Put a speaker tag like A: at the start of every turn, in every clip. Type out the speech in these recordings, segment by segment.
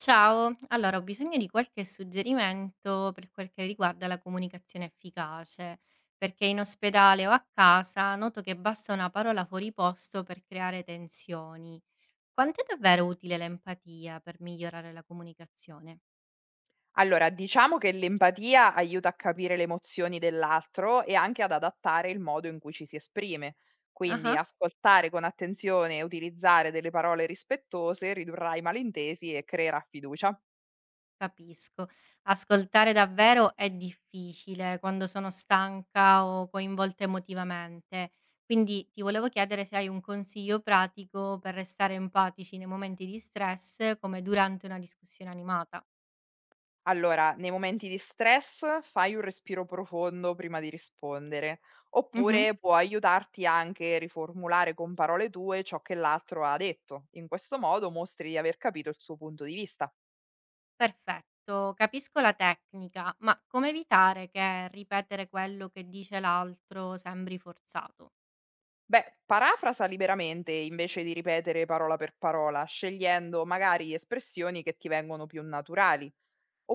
A: Ciao, allora ho bisogno di qualche suggerimento per quel che riguarda la comunicazione efficace, perché in ospedale o a casa noto che basta una parola fuori posto per creare tensioni. Quanto è davvero utile l'empatia per migliorare la comunicazione?
B: Allora, diciamo che l'empatia aiuta a capire le emozioni dell'altro e anche ad adattare il modo in cui ci si esprime. Quindi
A: Ah.
B: ascoltare con attenzione e utilizzare delle parole rispettose ridurrà i malintesi e creerà fiducia.
A: Capisco. Ascoltare davvero è difficile quando sono stanca o coinvolta emotivamente. Quindi ti volevo chiedere se hai un consiglio pratico per restare empatici nei momenti di stress, come durante una discussione animata.
B: Allora, nei momenti di stress fai un respiro profondo prima di rispondere,
A: Mhm.
B: oppure può aiutarti anche a riformulare con parole tue ciò che l'altro ha detto. In questo modo mostri di aver capito il suo punto di vista.
A: Perfetto, capisco la tecnica, ma come evitare che ripetere quello che dice l'altro sembri forzato?
B: Beh, parafrasa liberamente invece di ripetere parola per parola, scegliendo magari espressioni che ti vengono più naturali.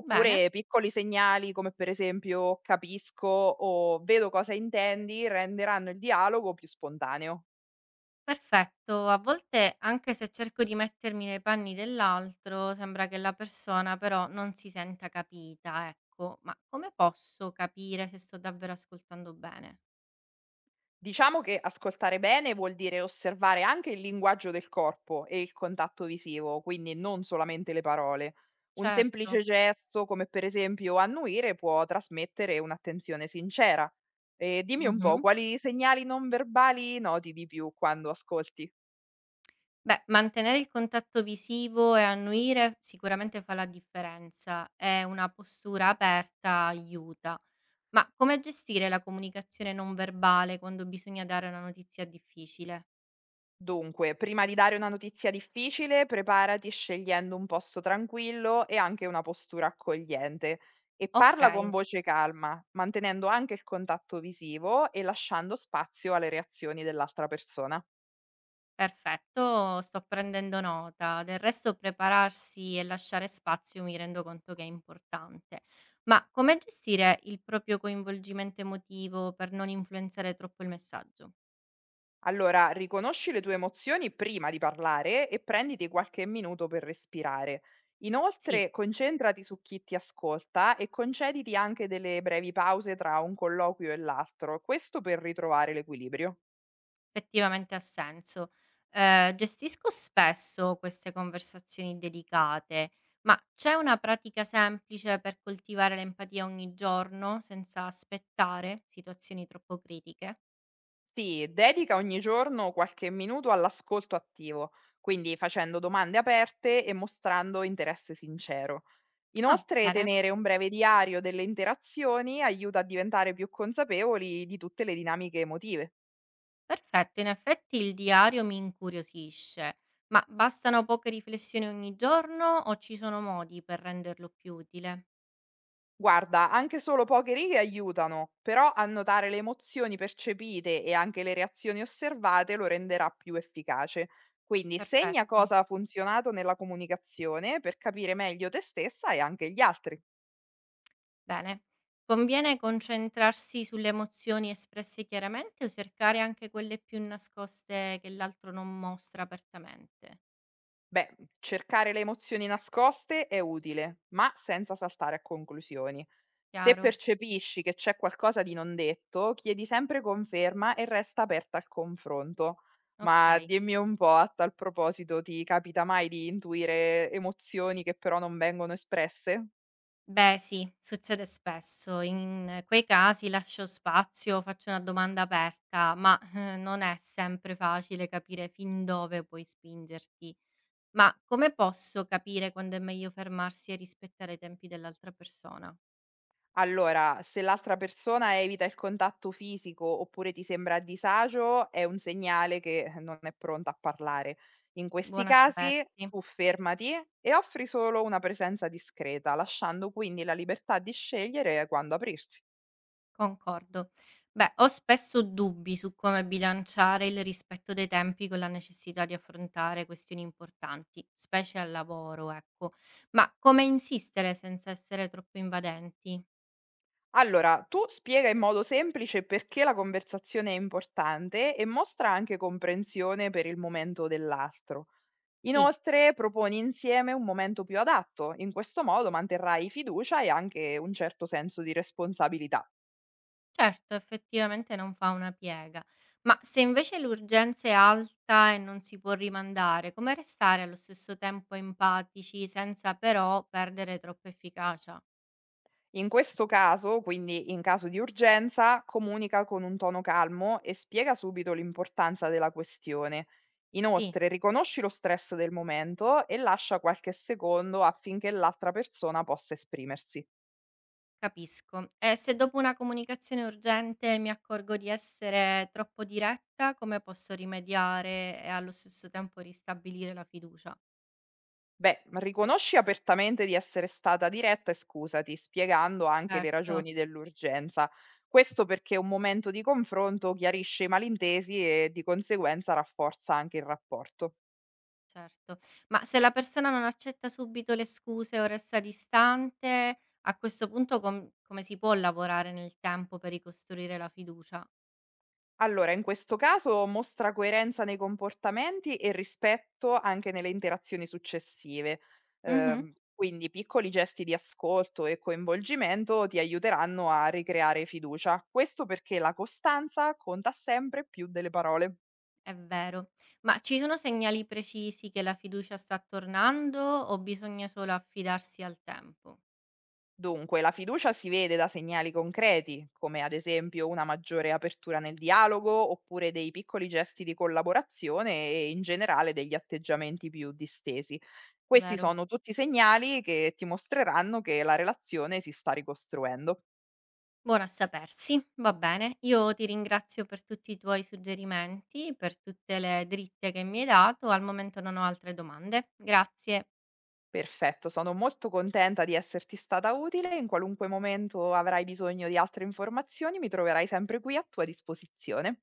A: Bene.
B: piccoli segnali come per esempio capisco o vedo cosa intendi renderanno il dialogo più spontaneo.
A: Perfetto, a volte anche se cerco di mettermi nei panni dell'altro, sembra che la persona però non si senta capita, ecco, ma come posso capire se sto davvero ascoltando bene?
B: Diciamo che ascoltare bene vuol dire osservare anche il linguaggio del corpo e il contatto visivo, quindi non solamente le parole. Un
A: Certo.
B: semplice gesto, come per esempio annuire, può trasmettere un'attenzione sincera. E dimmi un po',
A: Mhm.
B: quali segnali non verbali noti di più quando ascolti?
A: Beh, mantenere il contatto visivo e annuire sicuramente fa la differenza e una postura aperta aiuta. Ma come gestire la comunicazione non verbale quando bisogna dare una notizia difficile?
B: Dunque, prima di dare una notizia difficile, preparati scegliendo un posto tranquillo e anche una postura accogliente e
A: Ok.
B: parla con voce calma, mantenendo anche il contatto visivo e lasciando spazio alle reazioni dell'altra persona.
A: Perfetto, sto prendendo nota. Del resto prepararsi e lasciare spazio mi rendo conto che è importante. Ma come gestire il proprio coinvolgimento emotivo per non influenzare troppo il messaggio?
B: Allora, riconosci le tue emozioni prima di parlare e prenditi qualche minuto per respirare.
A: Sì,
B: Inoltre, concentrati su chi ti ascolta e concediti anche delle brevi pause tra un colloquio e l'altro, questo per ritrovare l'equilibrio.
A: effettivamente ha senso. Gestisco spesso queste conversazioni delicate, ma c'è una pratica semplice per coltivare l'empatia ogni giorno senza aspettare situazioni troppo critiche?
B: Sì, dedica ogni giorno qualche minuto all'ascolto attivo, quindi facendo domande aperte e mostrando interesse sincero.
A: Ah,
B: Inoltre,
A: bene.
B: tenere un breve diario delle interazioni aiuta a diventare più consapevoli di tutte le dinamiche emotive.
A: Perfetto, in effetti il diario mi incuriosisce, ma bastano poche riflessioni ogni giorno o ci sono modi per renderlo più utile?
B: Guarda, anche solo poche righe aiutano, però a notare le emozioni percepite e anche le reazioni osservate lo renderà più efficace. Quindi segna
A: Perfetto,
B: cosa ha funzionato nella comunicazione per capire meglio te stessa e anche gli altri.
A: bene. Conviene concentrarsi sulle emozioni espresse chiaramente o cercare anche quelle più nascoste che l'altro non mostra apertamente?
B: Beh, cercare le emozioni nascoste è utile, ma senza saltare a conclusioni. Se
A: Chiaro?
B: percepisci che c'è qualcosa di non detto, chiedi sempre conferma e resta aperta al confronto. Ma
A: Ok.
B: dimmi un po', a tal proposito, ti capita mai di intuire emozioni che però non vengono espresse?
A: Beh sì, succede spesso. In quei casi lascio spazio, faccio una domanda aperta, ma non è sempre facile capire fin dove puoi spingerti. Ma come posso capire quando è meglio fermarsi e rispettare i tempi dell'altra persona?
B: Allora, se l'altra persona evita il contatto fisico oppure ti sembra a disagio, è un segnale che non è pronta a parlare. In questi
A: Buona
B: casi,
A: sapersi.
B: tu fermati e offri solo una presenza discreta, lasciando quindi la libertà di scegliere quando aprirsi.
A: Concordo. Beh, ho spesso dubbi su come bilanciare il rispetto dei tempi con la necessità di affrontare questioni importanti, specie al lavoro, ecco. Ma come insistere senza essere troppo invadenti?
B: Allora, tu spiega in modo semplice perché la conversazione è importante e mostra anche comprensione per il momento dell'altro.
A: Sì,
B: Inoltre proponi insieme un momento più adatto, in questo modo manterrai fiducia e anche un certo senso di responsabilità.
A: certo, effettivamente non fa una piega. Ma se invece l'urgenza è alta e non si può rimandare, come restare allo stesso tempo empatici senza però perdere troppa efficacia?
B: In questo caso, quindi in caso di urgenza, comunica con un tono calmo e spiega subito l'importanza della questione.
A: Sì.
B: Inoltre, riconosci lo stress del momento e lascia qualche secondo affinché l'altra persona possa esprimersi.
A: Capisco. E se dopo una comunicazione urgente mi accorgo di essere troppo diretta, come posso rimediare e allo stesso tempo ristabilire la fiducia?
B: Beh, riconosci apertamente di essere stata diretta e scusati, spiegando anche le
A: Certo,
B: ragioni dell'urgenza. Questo perché un momento di confronto chiarisce i malintesi e di conseguenza rafforza anche il rapporto.
A: certo. Ma se la persona non accetta subito le scuse o resta distante, a questo punto come si può lavorare nel tempo per ricostruire la fiducia?
B: Allora, in questo caso mostra coerenza nei comportamenti e rispetto anche nelle interazioni successive.
A: Mhm.
B: Quindi piccoli gesti di ascolto e coinvolgimento ti aiuteranno a ricreare fiducia. Questo perché la costanza conta sempre più delle parole.
A: È vero. Ma ci sono segnali precisi che la fiducia sta tornando o bisogna solo affidarsi al tempo?
B: Dunque, la fiducia si vede da segnali concreti, come ad esempio una maggiore apertura nel dialogo, oppure dei piccoli gesti di collaborazione e in generale degli atteggiamenti più distesi. Questi
A: Vero?
B: sono tutti segnali che ti mostreranno che la relazione si sta ricostruendo.
A: Buono a sapersi, va bene. Io ti ringrazio per tutti i tuoi suggerimenti, per tutte le dritte che mi hai dato. Al momento non ho altre domande. Grazie.
B: Perfetto, sono molto contenta di esserti stata utile. In qualunque momento avrai bisogno di altre informazioni, mi troverai sempre qui a tua disposizione.